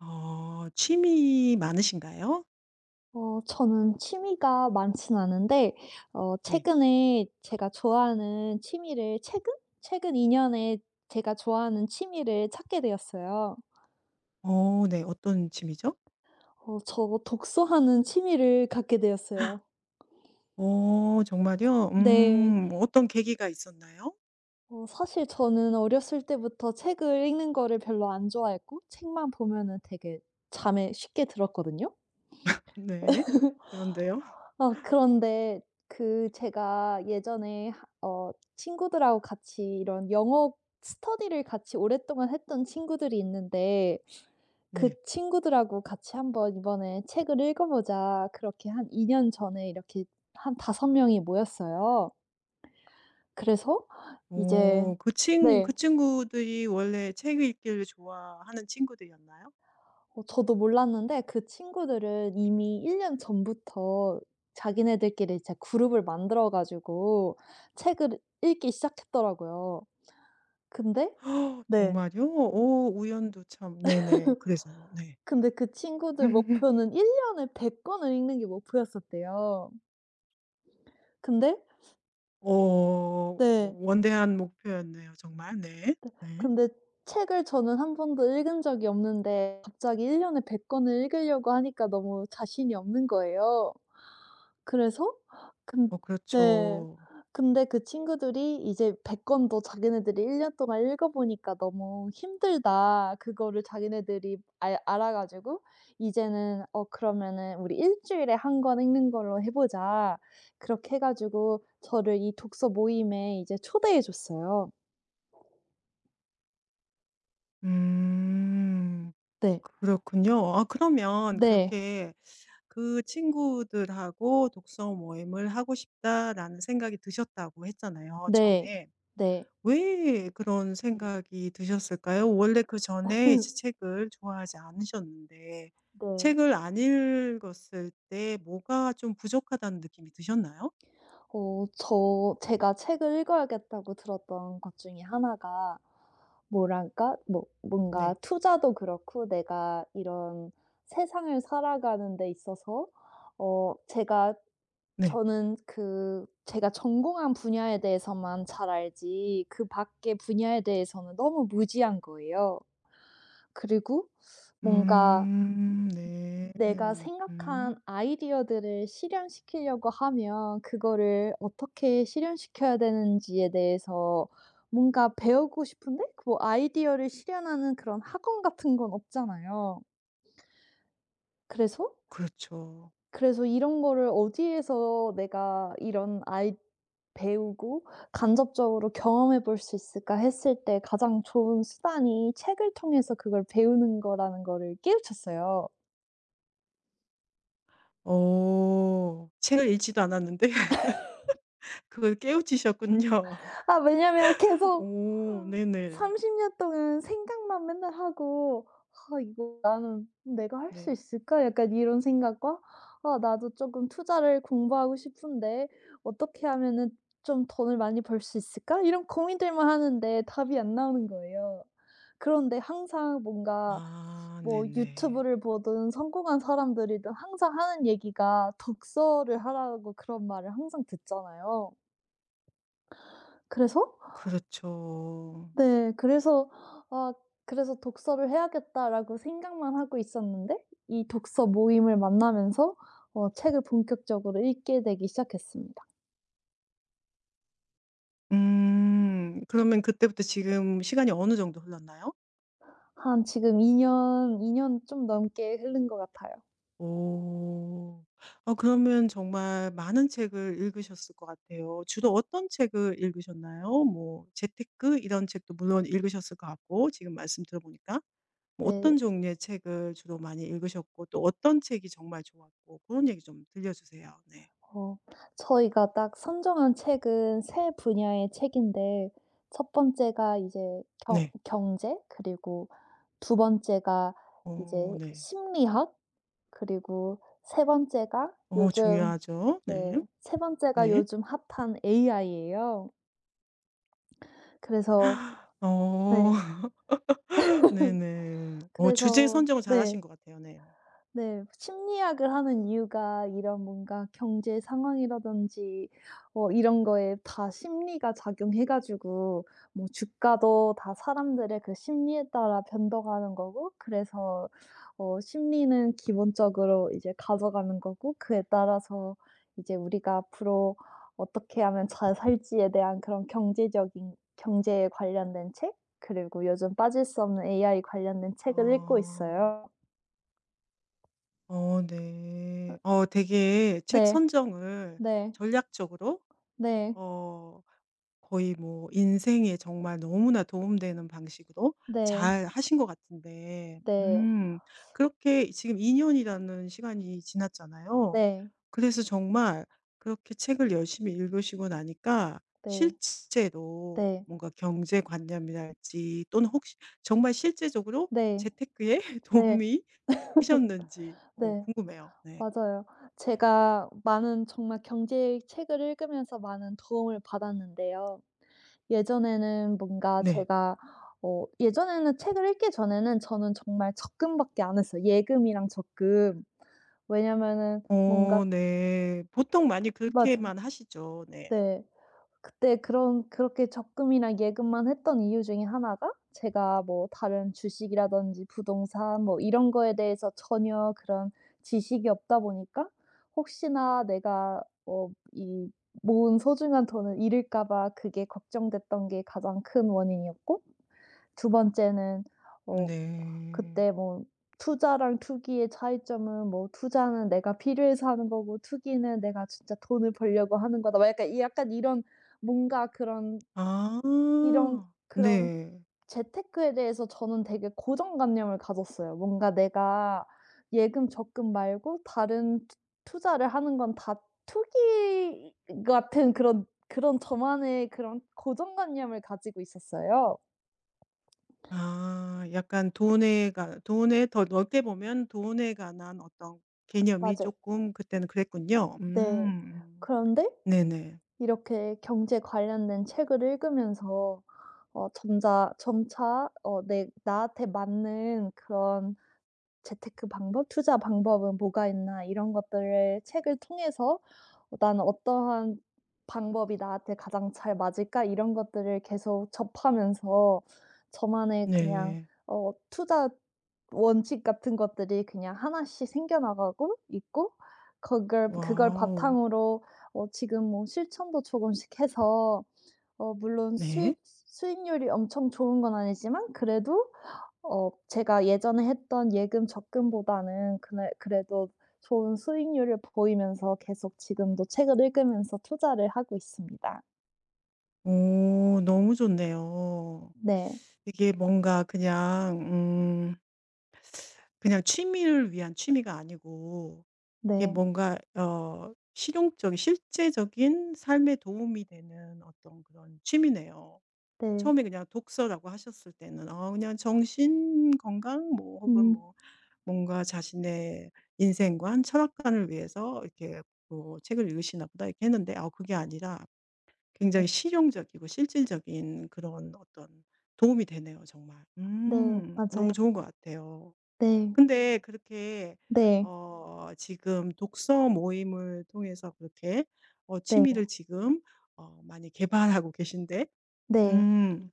어 취미 많으신가요? 저는 취미가 많진 않은데 네. 최근에 제가 좋아하는 취미를 최근? 최근 2 년에 제가 좋아하는 취미를 찾게 되었어요. 어 네. 어떤 취미죠? 독서하는 취미를 갖게 되었어요. 어 정말요? 네. 어떤 계기가 있었나요? 사실 저는 어렸을 때부터 책을 읽는 거를 별로 안 좋아했고 책만 보면은 되게 잠에 쉽게 들었거든요. 네. 그런데요? 그런데 그 제가 예전에 하 어 친구들하고 같이 이런 영어 스터디를 같이 오랫동안 했던 친구들이 있는데 그 네. 친구들하고 같이 한번 이번에 책을 읽어 보자 그렇게 한 2년 전에 이렇게 한 5 명이 모였어요. 그래서 이제 오, 그 친 네. 그 친구들이 원래 책 읽기를 좋아하는 친구들이었나요? 저도 몰랐는데 그 친구들은 이미 1년 전부터 자기네들끼리 이제 그룹을 만들어 가지고 책을 읽기 시작했더라고요. 근데 네. 정말요? 오 우연도 참 네네. 그래서요? 네. 근데 그 친구들 목표는 1 년에 100 권을 읽는 게 목표였었대요. 근데 어 네. 원대한 목표였네요 정말. 네. 네 네. 근데 책을 저는 한 번도 읽은 적이 없는데 갑자기 1 년에 100 권을 읽으려고 하니까 너무 자신이 없는 거예요. 그래서 근 어 네. 그렇죠. 근데 그 친구들이 이제 100 권도 자기네들이 1년 동안 읽어 보니까 너무 힘들다. 그거를 자기네들이 알 알아 가지고 이제는 그러면은 우리 일 주일에 한 권 읽는 걸로 해 보자." 그렇게 해 가지고 저를 이 독서 모임에 이제 초대해 줬어요. 음. 네. 그렇군요. 아 그러면 네. 그렇게 그 친구들하고 독서 모임을 하고 싶다라는 생각이 드셨다고 했잖아요, 네. 처음에. 네. 왜 그런 생각이 드셨을까요? 원래 그전에 이제 책을 좋아하지 않으셨는데 네. 책을 안 읽었을 때 뭐가 좀 부족하다는 느낌이 드셨나요? 제가 책을 읽어야겠다고 들었던 것 중에 하나가 뭐랄까? 뭔가 네. 투자도 그렇고 내가 이런 세상을 살아가는 데 있어서 어 제가 네. 저는 그 제가 전공한 분야에 대해서만 잘 알지 그 밖의 분야에 대해서는 너무 무지한 거예요. 그리고 뭔가 음. 네. 내가 음. 음. 생각한 아이디어들을 실현시키려고 하면 그거를 어떻게 실현시켜야 되는지에 대해서 뭔가 배우고 싶은데 아이디어를 실현하는 그런 학원 같은 건 없잖아요. 그래서 그렇죠. 그래서 이런 거를 어디에서 내가 이런 아이 배우고 간접적으로 경험해 볼 수 있을까 했을 때 가장 좋은 수단이 책을 통해서 그걸 배우는 거라는 거를 깨우쳤어요. 어. 책을 읽지도 않았는데 그걸 깨우치셨군요. 아 왜냐면 계속 오 네네. 30년 동안 생각만 맨날 하고 '아 이거 나는 내가 할 수 네. 있을까?' 약간 이런 생각과 '아 나도 쪼끔 투자를 공부하고 싶은데 어떻게 하면은 좀 돈을 많이 벌 수 있을까?' 이런 고민들만 하는데 답이 안 나오는 거예요. 그런데 항상 뭔가 아 네네. 유튜브를 보든 성공한 사람들이든 항상 하는 얘기가 독서를 하라고 그런 말을 항상 듣잖아요. 그래서 그렇죠. 네. 그래서 '아 그래서 독서를 해야겠다.'라고 생각만 하고 있었는데 이 독서 모임을 만나면서 책을 본격적으로 읽게 되기 시작했습니다. 음. 그러면 그때부터 지금 시간이 어느 정도 흘렀나요? 한 지금 2년이 년 좀 넘게 흐른 것 같아요. 오. 어 그러면 정말 많은 책을 읽으셨을 것 같아요. 주로 어떤 책을 읽으셨나요? 뭐 재테크 이런 책도 물론 읽으셨을 것 같고 지금 말씀 들어보니까. 뭐 네. 어떤 종류의 책을 주로 많이 읽으셨고 또 어떤 책이 정말 좋았고 그런 얘기 좀 들려주세요. 네. 어 저희가 딱 선정한 책은 세 분야의 책인데 첫 번째가 이제 경 네. 경제 그리고 두 번째가 어 이제 네. 심리학 그리고 세 번째가 어 요즘 중요하죠. 네. 네. 세 번째가 네. 요즘 핫한 AI예요. 그래서 네. 어 네네. 어 주제 그래서 선정을 네. 잘하신 것 같아요. 네. 네. 심리학을 하는 이유가 이런 뭔가 경제 상황이라든지 이런 거에 다 심리가 작용해 가지고 주가도 다 사람들의 그 심리에 따라 변동하는 거고 그래서 심리는 기본적으로 이제 가져가는 거고 그에 따라서 이제 우리가 앞으로 어떻게 하면 잘 살지에 대한 그런 경제적인 경제에 관련된 책 그리고 요즘 빠질 수 없는 AI 관련된 책을 읽고 어. 있어요. 어 어 네. 어 되게 책 네. 선정을 네. 전략적으로 네. 어 거의 뭐 인생에 정말 너무나 도움되는 방식으로 네. 잘 하신 것 같은데 네. 그렇게 지금 2 년이라는 시간이 지났잖아요. 네. 그래서 정말 그렇게 책을 열심히 읽으시고 나니까 네. 실제로 네. 뭔가 경제관념이랄지 또는 혹시 정말 실제적으로 네. 재테크에 네. 도움이 되셨는지 어 네. 궁금해요. 네. 맞아요. 제가 많은 정말 경제 책을 읽으면서 많은 도움을 받았는데요. 예전에는 뭔가 네. 제가 예전에는 책을 읽기 전에는 저는 정말 적금밖에 안 했어요. 예금이랑 적금. 왜냐면은 뭔가 어 네. 보통 많이 맞아요. 그렇게만 하시죠. 네. 네. 그때 그런 그렇게 적금이나 예금만 했던 이유 중에 하나가 제가 다른 주식이라든지 부동산 이런 거에 대해서 전혀 그런 지식이 없다 보니까 혹시나 내가 어 이 모은 소중한 돈을 잃을까 봐 그게 걱정됐던 게 가장 큰 원인이었고 두 번째는 어 네. 그때 투자랑 투기의 차이점은 뭐 "투자는 내가 필요해서 하는 거고 투기는 내가 진짜 돈을 벌려고 하는 거다." 약간 이런 뭔가 그런 아. 이런 그런 네. 재테크에 대해서 저는 되게 고정관념을 가졌어요. 뭔가 내가 예금, 적금 말고 다른 투 투자를 하는 건 다 투기 같은 그런 저만의 그런 고정관념을 가지고 있었어요. 아 약간 돈에 더 넓게 보면 돈에 관한 어떤 개념이 맞아요. 조금 그때는 그랬군요. 네. 음. 그런데 네네. 이렇게 경제 관련된 책을 읽으면서 어 점자 점차 어 내 나한테 맞는 그런 재테크 방법, 투자 방법은 뭐가 있나 이런 것들을 책을 통해서 '나는 어떠한 방법이 나한테 가장 잘 맞을까?' 이런 것들을 계속 접하면서 저만의 그냥 네. 투자 원칙 같은 것들이 그냥 하나씩 생겨나가고 있고 그걸 와우. 바탕으로 지금 실천도 조금씩 해서 물론 네. 수익률이 엄청 좋은 건 아니지만 그래도 제가 예전에 했던 예금 적금보다는 그날 그래도 좋은 수익률을 보이면서 계속 지금도 책을 읽으면서 투자를 하고 있습니다. 오 너무 좋네요. 네. 이게 뭔가 그냥 그냥 취미를 위한 취미가 아니고 이게 네. 뭔가 어 실용적인 실제적인 삶에 도움이 되는 어떤 그런 취미네요. 네. 처음에 그냥 독서라고 하셨을 때는 아 그냥 정신 건강 뭐 혹은 음. 뭐 뭔가 자신의 인생관, 철학관을 위해서 이렇게 뭐 책을 읽으시나 보다 이렇게 했는데 아 그게 아니라 네. 굉장히 실용적이고 실질적인 그런 어떤 도움이 되네요 정말. 네. 음. 맞아요. 너무 좋은 것 같아요. 네. 근데 그렇게 네. 어 지금 독서 모임을 통해서 그렇게 어 네. 취미를 지금 어 많이 개발하고 계신데 네. 음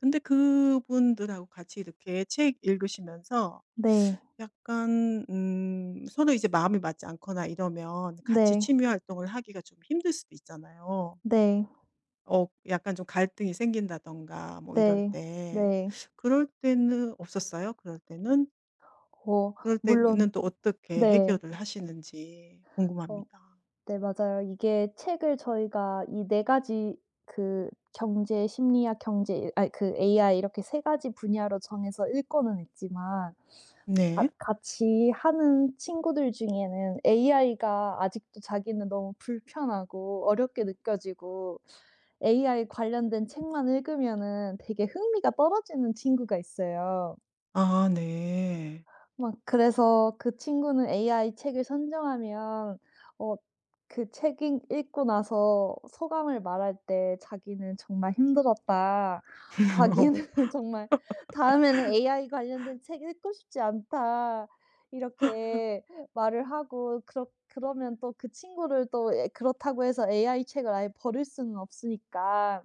근데 그분들하고 같이 이렇게 책 읽으시면서 네. 약간 서로 이제 마음이 맞지 않거나 이러면 같이 네. 취미 활동을 하기가 좀 힘들 수도 있잖아요. 네. 어 약간 좀 갈등이 생긴다든가 뭐 이럴 네. 때. 네. 그럴 때는 없었어요? 그럴 때는? 어 그럴 물론 때는 또 어떻게 네. 해결을 하시는지 어 궁금합니다. 네 맞아요. 이게 책을 저희가 이 네 가지 그 경제, 심리학, 경제 아이 그 AI 이렇게 세 가지 분야로 정해서 읽고는 있지만 같 네. 같이 하는 친구들 중에는 AI가 아직도 자기는 너무 불편하고 어렵게 느껴지고 AI 관련된 책만 읽으면은 되게 흥미가 떨어지는 친구가 있어요. 아 네. 그래서 그 친구는 AI 책을 선정하면 어 그 책 읽 읽고 나서 소감을 말할 때 자기는 "정말 힘들었다." 자기는 정말 "다음에는 AI 관련된 책 읽고 싶지 않다." 이렇게 말을 하고 그렇 그러면 또 그 친구를 또 예 그렇다고 해서 AI 책을 아예 버릴 수는 없으니까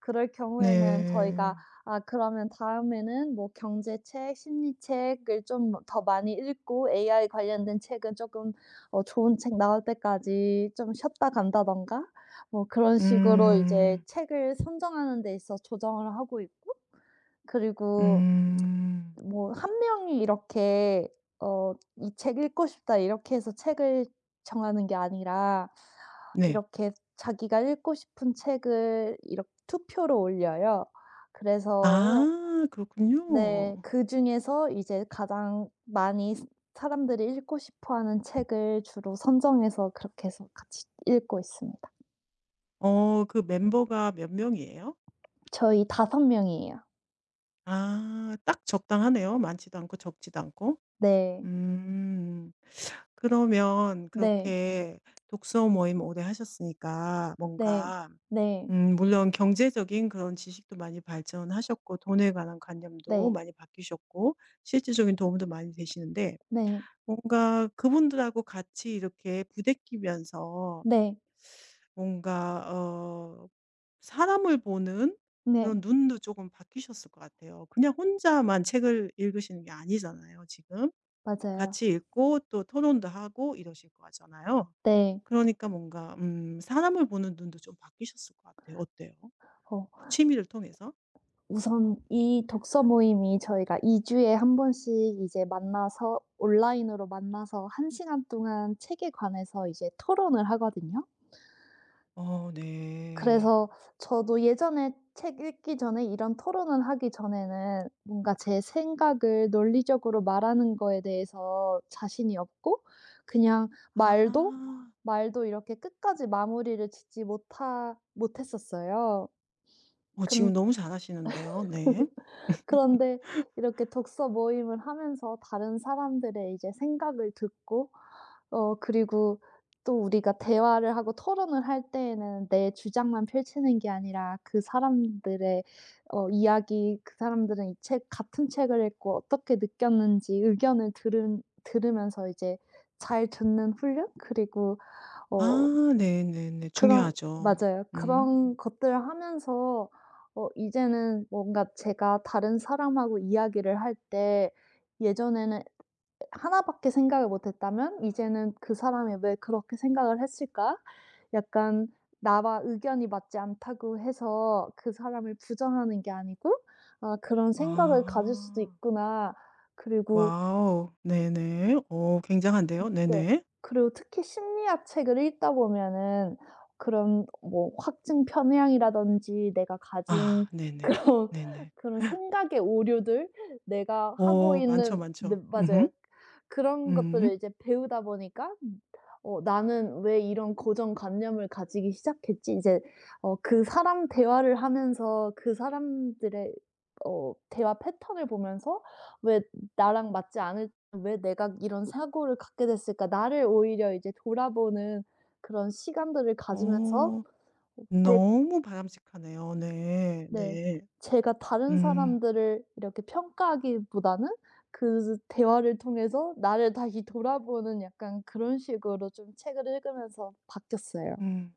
그럴 경우에는 저희가 네. 아 그러면 다음에는 경제책, 심리책을 좀 더 많이 읽고 AI 관련된 책은 쪼끔 좋은 책 나올 때까지 좀 쉬었다 간다든가 그런 식으로 이제 음. 책을 선정하는 데 있어 조정을 하고 있고 그리고 음. 한 명이 이렇게 '이 책 읽고 싶다.' 이렇게 해서 책을 정하는 게 아니라 네. 이렇게 자기가 읽고 싶은 책을 이렇 투표로 올려요. 그래서 아 그렇군요. 네 그중에서 이제 가장 많이 스 사람들이 읽고 싶어 하는 책을 주로 선정해서 그렇게 해서 같이 읽고 있습니다. 어 그 멤버가 몇 명이에요? 저희 다섯 명이에요. 아 딱 적당하네요. 많지도 않고 적지도 않고. 네. 음. 그러면 네. 그렇게 독서 모임 오래 하셨으니까 네. 뭔가 네. 물론 경제적인 그런 지식도 많이 발전하셨고 돈에 관한 관념도 네. 많이 바뀌셨고 실질적인 도움도 많이 되시는데 네. 뭔가 그분들하고 같이 이렇게 부대끼면서 네. 뭔가 어 사람을 보는 네. 그런 눈도 조금 바뀌셨을 것 같아요. 그냥 혼자만 책을 읽으시는 게 아니잖아요 지금. 맞아요. 같이 읽고 또 토론도 하고 이러실 거잖아요. 네. 그러니까 뭔가 사람을 보는 눈도 좀 바뀌셨을 것 같아요. 어때요? 어. 그 취미를 통해서? 우선 이 독서 모임이 저희가 2 주에 한 번씩 이제 만나서 온라인으로 만나서 한 시간 동안 책에 관해서 이제 토론을 하거든요. 어 네. 그래서 저도 예전에 책 읽기 전에 이런 토론을 하기 전에는 뭔가 제 생각을 논리적으로 말하는 거에 대해서 자신이 없고 그냥 아. 말도 이렇게 끝까지 마무리를 짓지 못하 못했었어요. 어 지금 너무 잘하시는데요. 네. 그런데 이렇게 독서 모임을 하면서 다른 사람들의 이제 생각을 듣고 그리고 또 우리가 대화를 하고 토론을 할 때에는 내 주장만 펼치는 게 아니라 그 사람들의 어 이야기 그 사람들은 이 책 같은 책을 읽고 어떻게 느꼈는지 의견을 들은 들으면서 이제 잘 듣는 훈련 그리고 어 아 네네네. 그런 중요하죠. 맞아요. 음. 그런 것들을 하면서 이제는 뭔가 제가 다른 사람하고 이야기를 할 때 예전에는 하나밖에 생각을 못 했다면 이제는 '그 사람이 왜 그렇게 생각을 했을까?' 약간 나와 의견이 맞지 않다고 해서 그 사람을 부정하는 게 아니고 '아 그런 생각을 가질 수도 아. 있구나.' 그리고 와우. 네네. 오 굉장한데요. 네. 네네. 그리고 특히 심리학 책을 읽다 보면은 그런 확증 편향이라든지 내가 가진 아 네네. 그런 네네. 그런 생각의 오류들 내가 하고 오 많죠, 있는 네 많죠. 음음. 맞아요. 그런 음. 것들을 이제 배우다 보니까 '나는 왜 이런 고정관념을 가지기 시작했지?' 이제 어 그 사람 대화를 하면서 그 사람들의 대화 패턴을 보면서 왜 나랑 맞지 않을 '왜 내가 이런 사고를 갖게 됐을까?' 나를 오히려 이제 돌아보는 그런 시간들을 가지면서 어 제 너무 바람직하네요. 네. 네. 네. 제가 다른 음. 사람들을 이렇게 평가하기보다는 그 대화를 통해서 나를 다시 돌아보는 약간 그런 식으로 좀 책을 읽으면서 바뀌었어요. 음.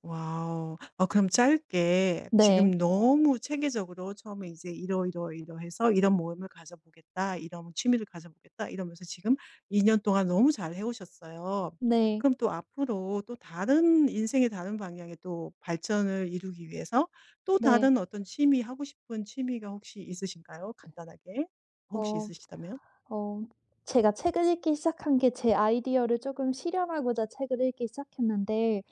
와우. 어 그럼 짧게 네. 지금 너무 체계적으로 처음에 이제 "이러이러이러해서 이런 모임을 가져보겠다. 이런 취미를 가져보겠다." 이러면서 지금 2년 동안 너무 잘 해 오셨어요. 네. 그럼 또 앞으로 또 다른 인생의 다른 방향에 또 발전을 이루기 위해서 또 네. 다른 어떤 취미 하고 싶은 취미가 혹시 있으신가요? 간단하게. 혹시 어 있으시다면? 어 제가 책을 읽기 시작한 게 제 아이디어를 조금 실현하고자 책을 읽기 시작했는데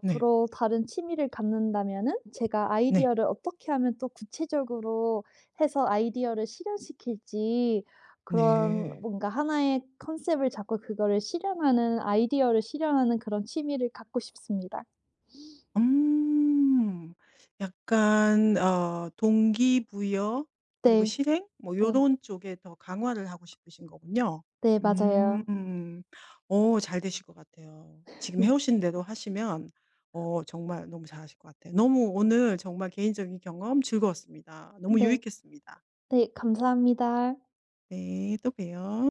네. 다른 취미를 갖는다면은 제가 네. 아이디어를 어떻게 하면 또 구체적으로 해서 아이디어를 실현시킬지 그런 네. 뭔가 하나의 컨셉을 잡고 그거를 실현하는 아이디어를 실현하는 그런 취미를 갖고 싶습니다. 음. 약간 어 동기부여 그리고 네. 실행 뭐 네. 요런 쪽에 더 강화를 하고 싶으신 거군요. 네 맞아요. 음. 오 잘 되실 것 같아요. 지금 해 오신 대로 하시면 어 정말 너무 잘하실 것 같아요. 너무 오늘 정말 개인적인 경험 즐거웠습니다. 너무 네. 유익했습니다. 네 감사합니다. 네. 또 봬요.